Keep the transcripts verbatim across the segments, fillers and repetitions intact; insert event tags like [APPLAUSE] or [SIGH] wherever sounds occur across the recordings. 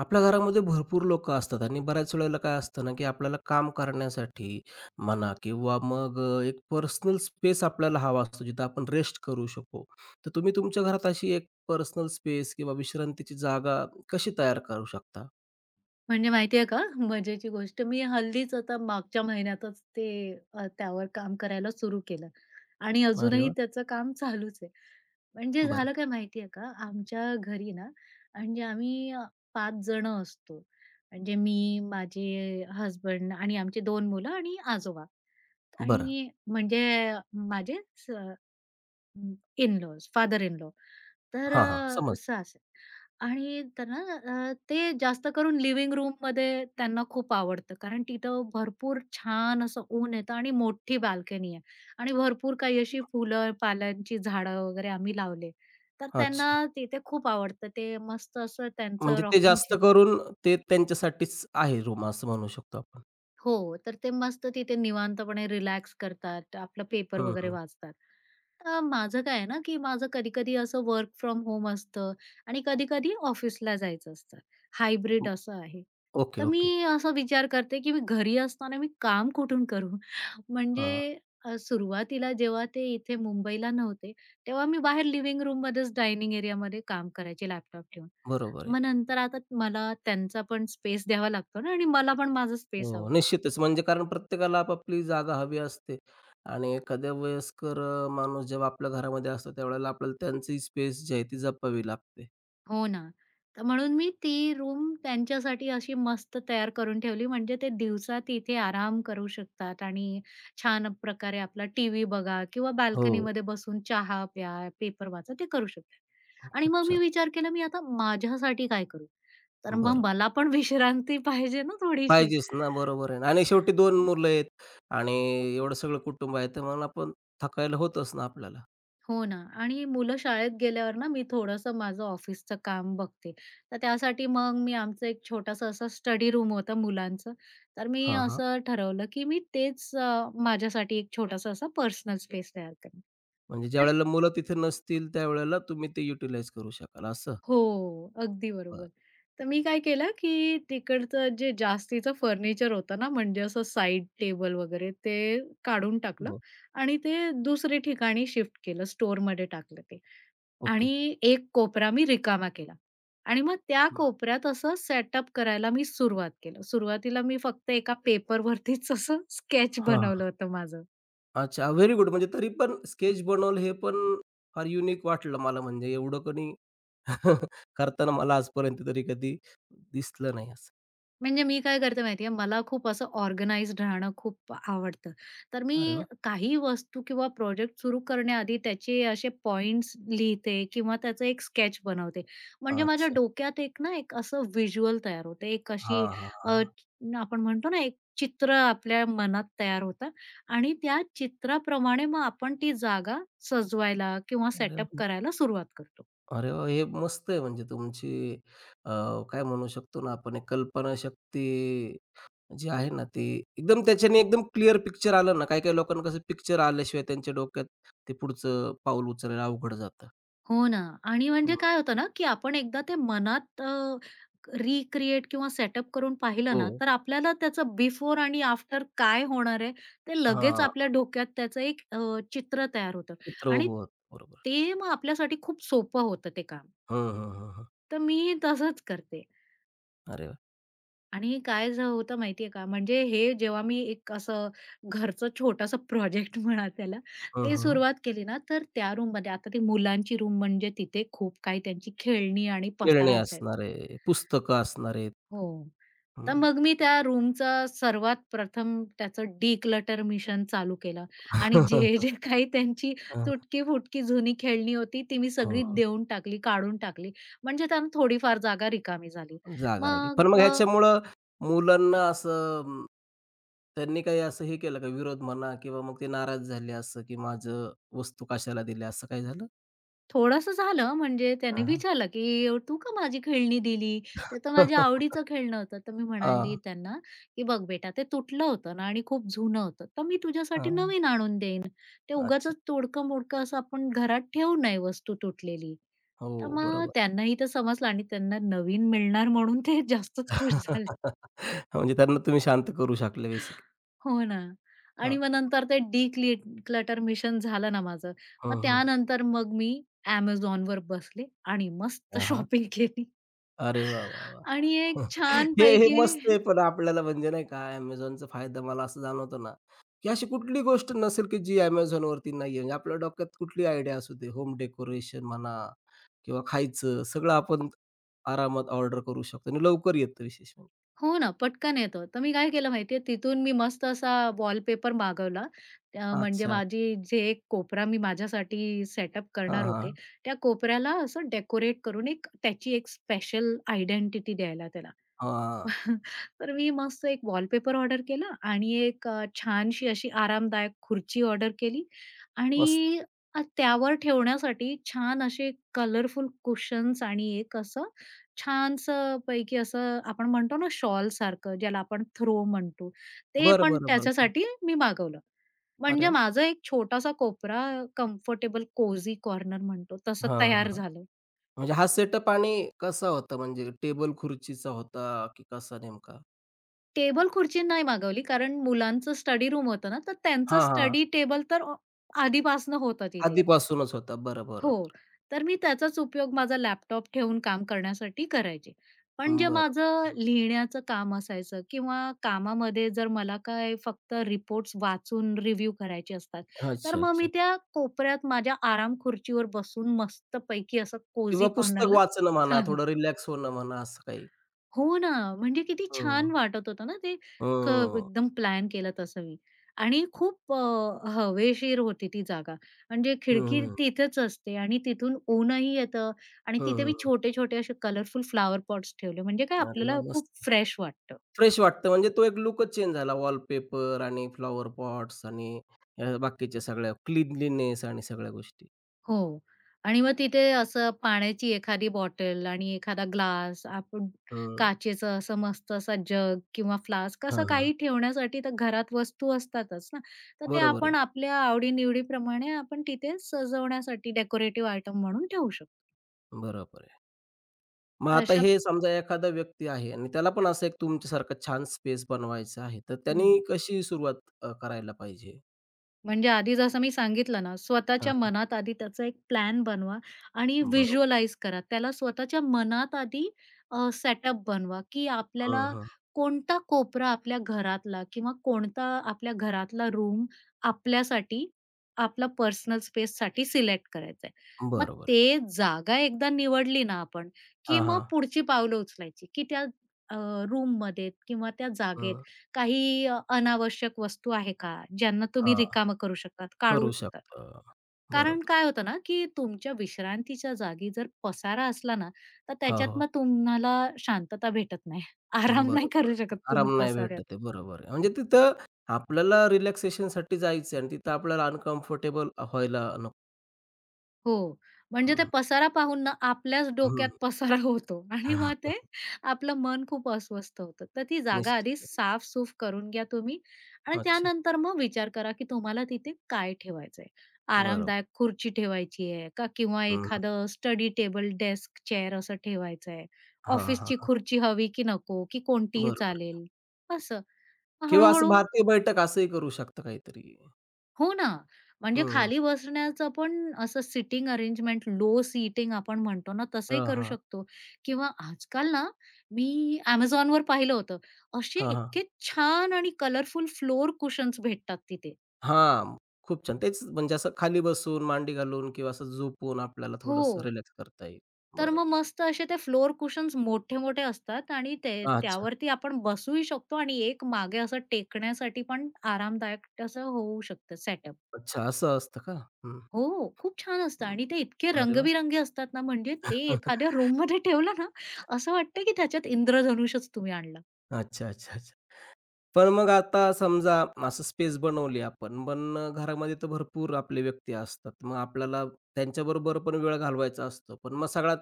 आपल्या घरामध्ये भरपूर लोकं असतात आणि बऱ्याच वेळेला काय असतं ना, की आपल्याला काम करण्यासाठी म्हणा किंवा मग अ, एक पर्सनल स्पेस आपल्याला हवा असतो, जिथं आपण रेस्ट करू शकू. तर तुम्ही तुमच्या घरात अशी एक पर्सनल स्पेस किंवा विश्रांतीची जागा कशी तयार करू शकता? म्हणजे माहिती आहे का, मजेची गोष्ट, मी हल्लीच आता मागच्या महिन्यातच ते अ, त्यावर काम करायला सुरू केलं आणि अरे अजूनही वाह! त्याचं काम चालूच आहे. म्हणजे बरं, झालं काय माहिती आहे का, आमच्या घरी ना म्हणजे आम्ही अ, पाच जणं असतो. म्हणजे मी, माझे हसबंड आणि आमची दोन मुलं आणि आजोबा बरं. आणि म्हणजे माझे इन-लॉज, फादर इन लॉ. तर हां, हां. अ, समज असं असेल आणि त्यांना अ, ते जास्त करून लिव्हिंग रूममध्ये त्यांना खूप आवडतं. कारण तिथं भरपूर छान असं ऊन येतं आणि मोठी बाल्कनी आहे आणि भरपूर काही अशी फुलं, पाल्यांची झाडं वगैरे आम्ही लावले. तर अच्छा. त्यांना तिथे खूप आवडतं. ते मस्त असं त्यांचं म्हणजे ते रॉकिंग जास्त चेअर. करून ते त्यांच्यासाठीच आहे रूम असं म्हणू शकतो आपण. हो, तर ते मस्त तिथे निवांतपणे रिलॅक्स करतात. आपलं पेपर हं, वगैरे हं. वाचतात. अ, माझं काय आहे ना, की माझं कधी-कधी असं वर्क फ्रॉम होम असतं आणि कधी-कधी ऑफिसला जायचं असतं. हायब्रिड असं आहे. ओके, तर ओके. मी असा विचार करते, की मी घरी असताना मी काम कुठून करू? [LAUGHS] म्हणजे हां, अ, सुरुवातीला जेव्हा ते इथे मुंबईला नव्हते, तेव्हा मी बाहेर लिव्हिंग रूममध्येच डायनिंग एरियामध्ये काम करायचे लॅपटॉप ठेवून. बरोबर आहे. मग नंतर आता मला त्यांचा पण स्पेस द्यावा लागतो ना आणि मला पण माझा स्पेस हवा. हो, निश्चितच. म्हणजे कारण प्रत्येकाला आपापली जागा हवी असते आणि एखाद्या वयस्कर अ, माणूस जेव्हा आपल्या घरामध्ये असतो, त्यावेळेला आपल्याला त्यांची स्पेस जी आहे ती जपावी लागते. हो ना. तर म्हणून मी ती रूम त्यांच्यासाठी अशी मस्त तयार करून ठेवली म्हणजे ते दिवसा तिथे आराम करू शकतात आणि छान प्रकारे आपला टीव्ही बघा किंवा हो, बाल्कनीमध्ये बसून चहा प्या, पेपर वाचा ते करू शकतात. आणि खूप मग मी छान. विचार केला मी आता माझ्यासाठी काय करू? तर मग बरं. मला पण विश्रांती पाहिजे ना थोडीशी. पाहिजेच ना, बरोबर आहे ना आणि शेवटी दोन मुलं आहेत आणि एवढं सगळं कुटुंब आहे, तर मग आपण थकायला होतच ना आपल्याला. हो ना आणि मुलं शाळेत गेल्यावर ना मी थोडंसं माझं ऑफिसचं काम बघते. तर त्यासाठी मग मी आमचं एक छोटासा असा स्टडी रूम होता मुलांचं. तर मी हां, हां. असं ठरवलं, की मी तेच अ, माझ्यासाठी एक छोटासा असा पर्सनल स्पेस तयार करेन. म्हणजे तर ज्यावेळेला मुलं तिथे नसतील, त्यावेळेला तुम्ही ते युटिलाइज करू शकाल असं? हो, अगदी बरं. बरोबर. तर मी काय केलं, की तिकडचं जे जास्तीचं फर्निचर होतं ना, म्हणजे असं साइड टेबल वगैरे ते काढून टाकलं हो, आणि ते दुसरे ठिकाणी शिफ्ट केलं, स्टोअरमध्ये टाकलं ते. ओके. आणि एक कोपरा मी रिकामा केला आणि मग त्या कोपऱ्यात असं सेटअप करायला मी सुरुवात केलं. सुरुवातीला मी फक्त एका पेपरवरतीच असं स्केच हां. बनवलं होतं माझं. अच्छा, व्हेरी गुड. म्हणजे तरी पण स्केच बनवलं हे पण फार युनिक वाटलं मला म्हणजे एवढं कोणी [LAUGHS] करताना मला आजपर्यंत तरी कधी दिसलं नाही असं. म्हणजे मी काय करते माहितीये, मला खूप असं ऑर्गनाइज्ड राहणं खूप आवडतं. तर अरे मी वाह! काही वस्तू किंवा प्रोजेक्ट सुरू करण्याआधी त्याचे असे पॉइंट्स लिहिते किंवा त्याचं एक स्केच बनवते. म्हणजे माझ्या अच्छा. डोक्यात एक ना एक असं व्हिज्युअल तयार होते. एक हां, अशी हां, अ, हां. न- आपण म्हणतो ना एक चित्र आपल्या मनात तयार होतं आणि त्या चित्राप्रमाणे मग आपण ती जागा सजवायला किंवा अरे सेटअप वाह! करायला सुरुवात करतो. अरे वाह! हे मस्त आहे म्हणजे तुमची अ, काय म्हणू शकतो ना आपण एक कल्पनाशक्ती जी आहे ना ती एकदम त्याच्याने एकदम क्लिअर पिक्चर आलं ना, काही-काही लोकांना कसं पिक्चर आल्याशिवाय त्यांच्या डोक्यात ते पुढचं पाऊल उचलायला अवघड जातं. हो ना आणि हं. म्हणजे काय होतं ना, की आपण एकदा ते मनात अ, रिक्रिएट किंवा सेटअप करून पाहिलं हो. ना, तर आपल्याला त्याचं बिफोर आणि आफ्टर काय होणार आहे, ते लगेच हां. आपल्या डोक्यात त्याचं एक अ, चित्र तयार होतं चित्र आणि उभं होतं. बरोबर. ते मग आपल्यासाठी खूप सोपं होतं ते काम. हां, हां, हां, हां. तर मी तसंच करते. अरे वाह! आणि काय झ होतं माहितीये का, म्हणजे हे जेव्हा मी एक असं घरचं छोटंसं प्रोजेक्ट [LAUGHS] म्हणा त्याला, हां, ते हां, हां. सुरुवात केली ना, तर त्या रूममध्ये आता ती मुलांची रूम म्हणजे तिथे खूप काही त्यांची खेळणी आणि खेळणी पसारा असायचा. असणार आहे, पुस्तकं असणार आहेत. हो. तर हं. मग मी त्या रूमचं सर्वात प्रथम त्याचं डिक्लटर मिशन चालू केलं आणि जे, जे [LAUGHS] [LAUGHS] काही त्यांची अ, तुटकी-फुटकी जुनी खेळणी होती, ती मी हो, सगळी हो. देऊन टाकली, काढून टाकली. म्हणजे त्यांना थोडीफार जागा रिकामी झाली. जागा राहिली. पण मग मग ह्याच्यामुळं मुलांना असं अं, त्यांनी काही असं हे केलं का विरोध म्हणा किंवा मग ते नाराज झाले असं, की माझं वस्तू कशाला दिल्या असं काही झालं? थोडंसं झालं म्हणजे त्याने हां, हां. विचारलं, की "तू का माझी खेळणी दिली? ते तर माझ्या [LAUGHS] आवडीचं खेळणं होतं." तर मी म्हणाली हां, त्यांना, की "बघ बेटा ते तुटलं होतं ना आणि खूप जुनं होतं, तर मी तुझ्यासाठी हां. नवीन आणून देईन. ते अच्छा. उगाचच तोडकं-मोडकं असं आपण घरात ठेवू नये वस्तू तुटलेली." तर हो, मग बरोबर. त्यांनाही ते समजलं आणि त्यांना नवीन मिळणार म्हणून ते जास्तच खुश झाले. [LAUGHS] म्हणजे त्यांना तुम्ही शांत करू शकले बेसिकली. हो ना. आणि हां. मग नंतर ते डी क्लटर मिशन झालं ना माझं. मग हां, हां. त्यानंतर मग मी Amazonवर बसले आणि मस्त [LAUGHS] हां, हां. शॉपिंग केली अरे वाह, वाह, आणि एक वाह! [LAUGHS] हे हे छानपैकी. मस्त आहे पण आपल्याला म्हणजे नाही का Amazonचा फायदा मला असं जाणवतो ना, की अशी कुठली गोष्ट नसेल की जी Amazonवरती नाहीये. म्हणजे आपल्या डोक्यात कुठली आयडिया असू दे, होम डेकोरेशन म्हणा किंवा खायचं सगळं आपण आरामात ऑर्डर करू शकतो आणि लवकर येतं विशेष म्हणजे. हो ना, पटकन येतं. तर मी काय केलं माहितीये, तिथून मी मस्त असा वॉलपेपर मागवला. अ, म्हणजे अच्छा. माझी जे एक कोपरा मी माझ्यासाठी सेटअप हां, करणार होते, हां. त्या कोपऱ्याला असं डेकोरेट करून एक त्याची एक स्पेशल आयडेंटिटी द्यायला त्याला. हां. [LAUGHS] तर मी मस्त एक वॉलपेपर ऑर्डर केला आणि एक अ, छानशी अशी आरामदायक खुर्ची ऑर्डर केली मस्त. आणि अ, त्यावर ठेवण्यासाठी छान असे कलरफुल कुशन्स आणि एक असं छानसं पैकी असं आपण म्हणतो ना शॉल सारखं ज्याला आपण थ्रो म्हणतो, ते बरं, पण बरं, बरं. त्याच्यासाठी मी मागवलं. अरे म्हणजे वाह! माझा एक छोटासा कोपरा कम्फर्टेबल कोझी कॉर्नर म्हणतो तसं हां, हां, तयार हां. झालं. म्हणजे हा सेटअप आणि कसा होता म्हणजे टेबल खुर्चीचा होता की कसा नेमका? टेबल खुर्ची नाही मागवली, कारण मुलांचं स्टडी रूम होतं ना, तर त्यांचं हां, हां, स्टडी टेबल तर अ, आधीपासनं होतं तिथे. आधीपासूनच होता. बरं, बरं. हो, तर मी त्याचाच उपयोग माझा लॅपटॉप ठेवून काम करण्यासाठी करायचे. पण बरं, जे बरं. माझं लिहिण्याचं काम असायचं किंवा कामामध्ये जर मला काय फक्त रिपोर्ट्स वाचून रिव्ह्यू करायचे असतात, तर अच्छा, मग मी अच्छा. त्या कोपऱ्यात माझ्या आराम खुर्चीवर बसून मस्तपैकी असं किंवा कोझी पुस्तक कॉर्नरला. वाचणं म्हणा, थोडं रिलॅक्स होणं म्हणा, असं काही. हो ना, म्हणजे किती हं. छान वाटत होतं ना ते, क हं. एकदम प्लॅन केलं तसं मी आणि खूप अ, हवेशीर होती ती जागा. म्हणजे हं, खिडकी हं. तिथेच असते आणि तिथून ऊनही येतं आणि तिथे हं, मी छोटे-छोटे असे कलरफुल फ्लावर पॉट्स ठेवले म्हणजे काय अरे वाह! आपल्याला खूप मस्त. फ्रेश वाटतं. फ्रेश वाटतं म्हणजे तो एक लूकच चेंज झाला. वॉलपेपर आणि फ्लॉवर पॉट्स आणि अ, बाकीच्या सगळ्या क्लीनलीनेस आणि सगळ्या गोष्टी. हो. आणि मग तिथे असं पाण्याची एखादी बॉटल आणि एखादा ग्लास, आपण हं. काचेचं असं मस्त असा जग किंवा फ्लास्क हां, असं हां. काही ठेवण्यासाठी तर घरात वस्तू असतातच ना. तर ते बरोबर आपण आहे. आपल्या आवडी-निवडीप्रमाणे आपण तिथे सजवण्यासाठी डेकोरेटिव्ह आयटम म्हणून ठेवू शकतो. बरोबर आहे. मग आता अशा हे समजा एखादा व्यक्ती आहे आणि त्याला पण असं एक तुमच्यासारखं छान स्पेस बनवायचं आहे, तर हं. त्यांनी कशी सुरुवात अ, करायला पाहिजे? म्हणजे आधी जसं मी सांगितलं ना, स्वतःच्या हां, मनात आधी त्याचा एक प्लॅन बनवा आणि बरोबर. व्हिज्युअलाइज करा. त्याला स्वतःच्या मनात आधी अ, सेटअप बनवा, की हं, आपल्याला हं. कोणता कोपरा आपल्या घरातला किंवा कोणता आपल्या घरातला रूम आपल्यासाठी, आपला पर्सनल स्पेससाठी सिलेक्ट करायचा आहे. मग बरोबर आहे. ते जागा एकदा निवडली ना आपण, की हां, मग हां. पुढची पावलं उचलायची, की त्या अ, रूममध्ये किंवा त्या जागेत हं. काही अ, अनावश्यक वस्तू आहे का, ज्यांना तुम्ही हां, रिकामं करू शकतात, काढू करू शकतात? शकतो. कारण बरोबर. काय होतं ना, की तुमच्या विश्रांतीच्या जागी जर पसारा असला ना, तर हो, त्याच्यात हो. मग तुम्हाला शांतता भेटत नाही. [LAUGHS] हं, आराम नाही बरोबर. करू आहे. शकत तुम्ही आराम नाही भेटत पसाऱ्यात. आहे. बरोबर आहे. म्हणजे तिथं आपल्याला रिलॅक्सेशनसाठी जायचं आहे आणि तिथं आपल्याला अनकम्फर्टेबल व्हायला नको. हो. म्हणजे ते हं, पसारा पाहून ना आपल्याच हं. डोक्यात पसारा होतो आणि मग ते [LAUGHS] आपलं मन खूप अस्वस्थ होतं. तर ती जागा आधी निश्चित. साफ-सूफ करून घ्या तुम्ही आणि अच्छा. त्यानंतर मग विचार करा, की तुम्हाला तिथे काय ठेवायचंय. बरोबर. आरामदायक खुर्ची ठेवायची आहे का किंवा हं, हं. एखादं स्टडी टेबल, डेस्क, चेअर असं ठेवायचं आहे. हां, हां, ऑफिसची हां. खुर्ची हवी की नको की कोणतीही बरोबर. चालेल असं. मग किंवा हळू. असं भारतीय बैठक असंही करू शकता काहीतरी. हो ना. म्हणजे हं. खाली बसण्याचं पण असं सिटिंग अरेंजमेंट, लो सीटिंग आपण म्हणतो ना, तसंही हां, करू हां. शकतो किंवा आजकाल ना, मी Amazonवर पाहिलं होतं. असे हां, हां. इतके छान आणि कलरफुल फ्लोर कुशन्स भेटतात तिथे. हां, खूप छान. तेच म्हणजे असं खाली बसून, मांडी घालून किंवा असं झोपून आपल्याला हो. थोडंसं रिलॅक्स करता येईल. तर मग बरोबर. मस्त असे ते फ्लोर कुशन्स मोठे-मोठे असतात आणि ते अच्छा. त्यावरती आपण बसूही शकतो आणि एक मागे असं टेकण्यासाठी पण आरामदायक असं होऊ शकतं सेटअप. अच्छा, असं असतं का? हं, हो, खूप छान असतं हं. आणि ते इतके अरे वाह! रंगबिरंगी असतात ना, म्हणजे ते एखाद्या [LAUGHS] रूममध्ये ठेवलं ना, असं वाटतं की त्याच्यात इंद्रधनुष्यच तुम्ही आणलं. अच्छा, अच्छा, अच्छा. पण मग आता समजा असं स्पेस बनवली आपण, पण अ, घरामध्ये तर भरपूर आपले व्यक्ती असतात. मग आपल्याला त्यांच्याबरोबर पण वेळ घालवायचा असतो. पण मग सगळ्यात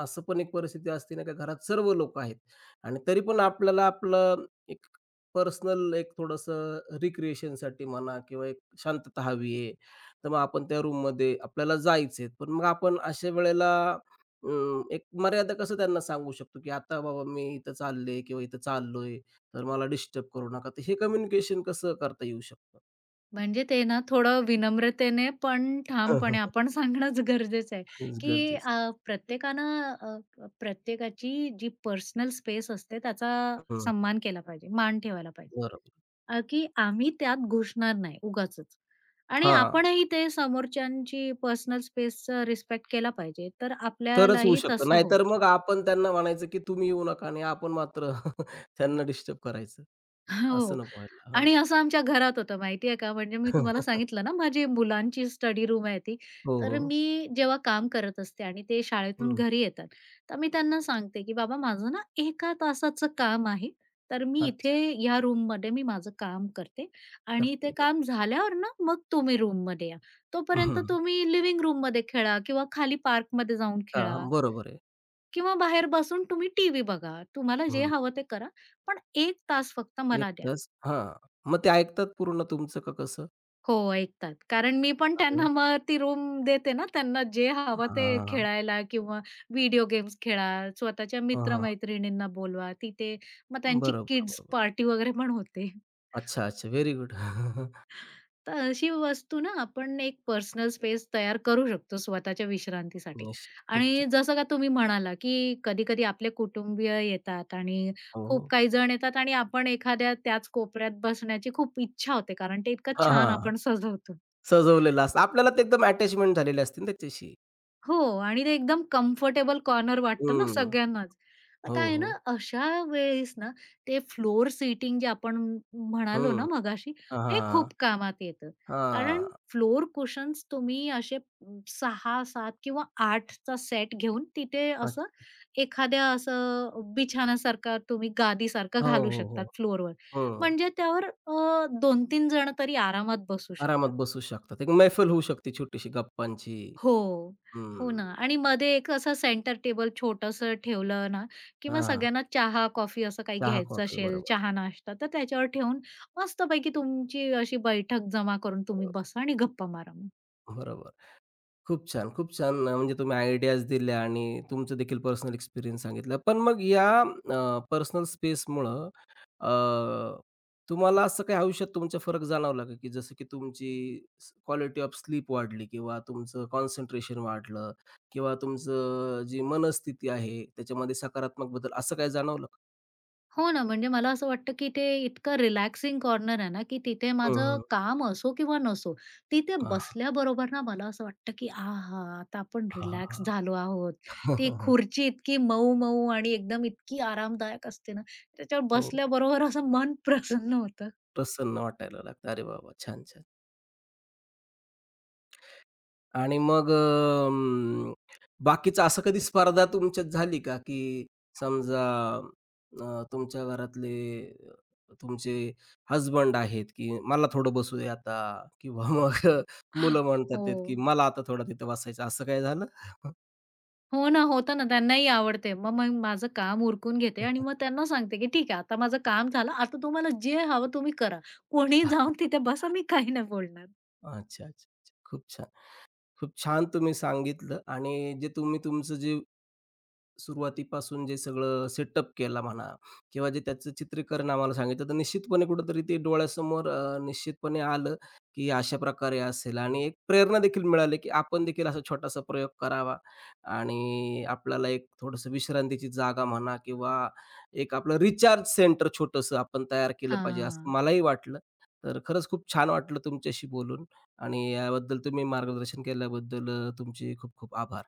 असं पण एक परिस्थिती असते ना, की घरात सर्व लोक आहेत आणि तरी पण आपल्याला आपलं एक पर्सनल एक थोडंसं रिक्रिएशनसाठी म्हणा किंवा एक शांतता हवी आहे. तर मग आपण त्या रूममध्ये आपल्याला जायचंय. पण मग आपण अशा वेळेला अं, एक मर्यादा कसं त्यांना सांगू शकतो, की आता बाबा मी इथं चालले किंवा इथं चाललोय तर मला डिस्टर्ब करू नका. तर हे कम्युनिकेशन कसं करता येऊ शकतं? म्हणजे ते ना थोडं विनम्रतेने पण हां, ठामपणे हां. आपण सांगणंच गरजेचं आहे, हेच की गरजेचं. अ, प्रत्येकानं अ, प्रत्येकाची जी पर्सनल स्पेस असते त्याचा हं. सन्मान केला पाहिजे, मान ठेवायला पाहिजे. बरोबर. अ, की आम्ही त्यात घुसणार नाही उगाचच आणि हां, आपणही ते समोरच्यांची पर्सनल स्पेसचा रिस्पेक्ट केला पाहिजे, तर तरच होऊ आपल्यालाही शकतं. तसं नाहीतर होतं. मग आपण त्यांना म्हणायचं, की तुम्ही येऊ नका आणि आपण मात्र [LAUGHS] त्यांना डिस्टर्ब करायचं. हो. असं नको व्हायला. हां. आणि असं आमच्या घरात होतं माहिती का, म्हणजे मी तुम्हाला [LAUGHS] सांगितलं ना, माझी मुलांची स्टडी रूम आहे ती. हो, तर हो. मी जेव्हा काम करत असते आणि ते शाळेतून हं. घरी येतात, तर मी त्यांना सांगते, की "बाबा माझं ना एक तासाचं काम आहे, तर मी इथे अच्छा. या रूममध्ये मी माझं काम करते आणि ते करते बरं. काम झाल्यावर ना, मग तुम्ही रूममध्ये या. तोपर्यंत हं. तुम्ही लिव्हिंग रूममध्ये खेळा किंवा खाली पार्कमध्ये जाऊन खेळा हां, बरोबर आहे. किंवा बाहेर बसून तुम्ही टीव्ही बघा. तुम्हाला जे हं. हवं ते करा, पण एक तास फक्त एक मला द्या." तास हां. मग ते ऐकतात पूर्ण तुमचं का कसं? हो, ऐकतात. कारण मी पण अरे त्यांना वाह! मग ती रूम देते ना, त्यांना जे हवं ते हां, खेळायला किंवा व्हिडिओ गेम्स खेळा, स्वतःच्या हां, हां. मित्र-मैत्रिणींना बोलवा तिथे. मग त्यांची बरोबर, किड्स बरोबर. पार्टी वगैरे पण होते. अच्छा, अच्छा. Very good. [LAUGHS] तर अशी वस्तू ना, आपण एक पर्सनल स्पेस तयार करू शकतो स्वतःच्या विश्रांतीसाठी. निश्चित. खूप आणि छान. जसं का तुम्ही म्हणाला, की कधी-कधी आपले कुटुंबीय येतात आणि हो, खूप हो. काही जण येतात आणि आपण एखाद्या त्याच कोपऱ्यात बसण्याची खूप इच्छा होते, कारण ते इतकं हां, छान हां. आपण सजवतो. सजवलेलं असतं. आपल्याला ते एकदम अटॅचमेंट झालेले असतील ना त्याच्याशी. हो आणि ते एकदम कम्फर्टेबल कॉर्नर वाटतं ना हं. सगळ्यांनाच. मग हो, काय आहे ना, हो. अशा वेळेस ना ते फ्लोर सीटिंग जे आपण म्हणालो ना हं. मगाशी, हां, हां, ते हां. खूप कामात येतं. कारण हां. फ्लोर कुशन्स तुम्ही असे सहा, सात किंवा आठ चा सेट घेऊन तिथे असं अच्छा. एखाद्या असं बिछाण्यासारखा तुम्ही गादीसारखं हो, घालू हो, हो. शकतात फ्लोरवर. हं. म्हणजे त्यावर अ, दोन तीन जण तरी आरामात बसू आरामात शकतात. बसू शकतात. एक मैफल होऊ शकते छोटीशी गप्पांची. हो. हो हं. ना आणि मध्ये एक असं सेंटर टेबल छोटंसं ठेवलं ना, की मग हां. सगळ्यांना चहा, कॉफी असं काही चहा, घ्यायचं कॉफी. असेल, बरोबर. चहा-नाश्ता, तर त्याच्यावर ठेवून मस्तपैकी तुमची अशी बैठक जमा करून तुम्ही बसा आणि गप्पा मारा मग. बरोबर. खूप छान, खूप छान अ, म्हणजे तुम्ही आयडियाज दिल्या आणि तुमचं देखील पर्सनल एक्सपिरियन्स सांगितला. पण मग या पर्सनल स्पेसमुळं तुम्हाला असं काही आयुष्यात तुमच्या फरक जाणवला का? की जसं की तुमची स क्वालिटी ऑफ स्लीप वाढली किंवा तुमचं कॉन्सन्ट्रेशन वाढलं किंवा तुमचं जी मनस्थिती आहे त्याच्यामध्ये सकारात्मक बदल असं काही जाणवलं का? हो ना, म्हणजे मला असं वाटतं, की ते इतकं रिलॅक्सिंग कॉर्नर आहे ना, की तिथे हं, माझं हं. काम असो किंवा नसो, तिथे हां, बसल्याबरोबर ना मला असं वाटतं, की आहा! आता आपण हां, रिलॅक्स झालो आहोत. हां, हां. ती [LAUGHS] खुर्ची इतकी मऊ-मऊ आणि एकदम इतकी आरामदायक असते ना, त्याच्यावर हो, बसल्याबरोबर असं मन प्रसन्न होतं. प्रसन्न वाटायला लागतं. अरे वाह, छान, छान. आणि मग अं, बाकीचं असं कधी स्पर्धा तुमच्यात झाली का, की समजा अ, तुमच्या घरातले अ, तुमचे हसबंड आहेत, की "मला थोडं बसू दे आता" किंवा मग [LAUGHS] मुलं म्हणतात हो. आहेत, की "मला आता थोडं तिथं बसायचं." असं काय झालं? हो ना, होतं ना, त्यांनाही आवडते. मग मग माझं काम उरकून घेते आणि मग त्यांना सांगते, की "ठीक आहे, आता माझं काम झालं. आता तुम्हाला जे हवं तुम्ही करा. कोणीही जाऊन तिथे [LAUGHS] बसा, मी काही नाही बोलणार." अच्छा, अच्छा, अच्छा. खूप छान. खूप छान तुम्ही सांगितलं आणि जे तुम्ही तुमचं जे सुरुवातीपासून जे सगळं सेटअप केला म्हणा किंवा जे त्याचं चित्रीकरण आम्हाला सांगितलं, तर निश्चितपणे कुठेतरी ते डोळ्यासमोर अ, निश्चितपणे आलं, की अशा प्रकारे असेल आणि एक प्रेरणा देखील मिळाली, की आपण देखील असा छोटासा प्रयोग करावा आणि आपल्याला एक थोडंसं विश्रांतीची जागा म्हणा किंवा एक आपलं रिचार्ज सेंटर छोटंसं आपण तयार केलं पाहिजे, असं हां. मलाही वाटलं. तर खरंच खूप छान वाटलं तुमच्याशी बोलून आणि याबद्दल तुम्ही मार्गदर्शन केल्याबद्दल अ, तुमचे खूप खूप आभार.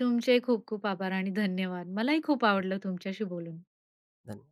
तुमचे खूप खूप आभार आणि धन्यवाद. मलाही खूप आवडलं तुमच्याशी बोलून. धन्यवाद.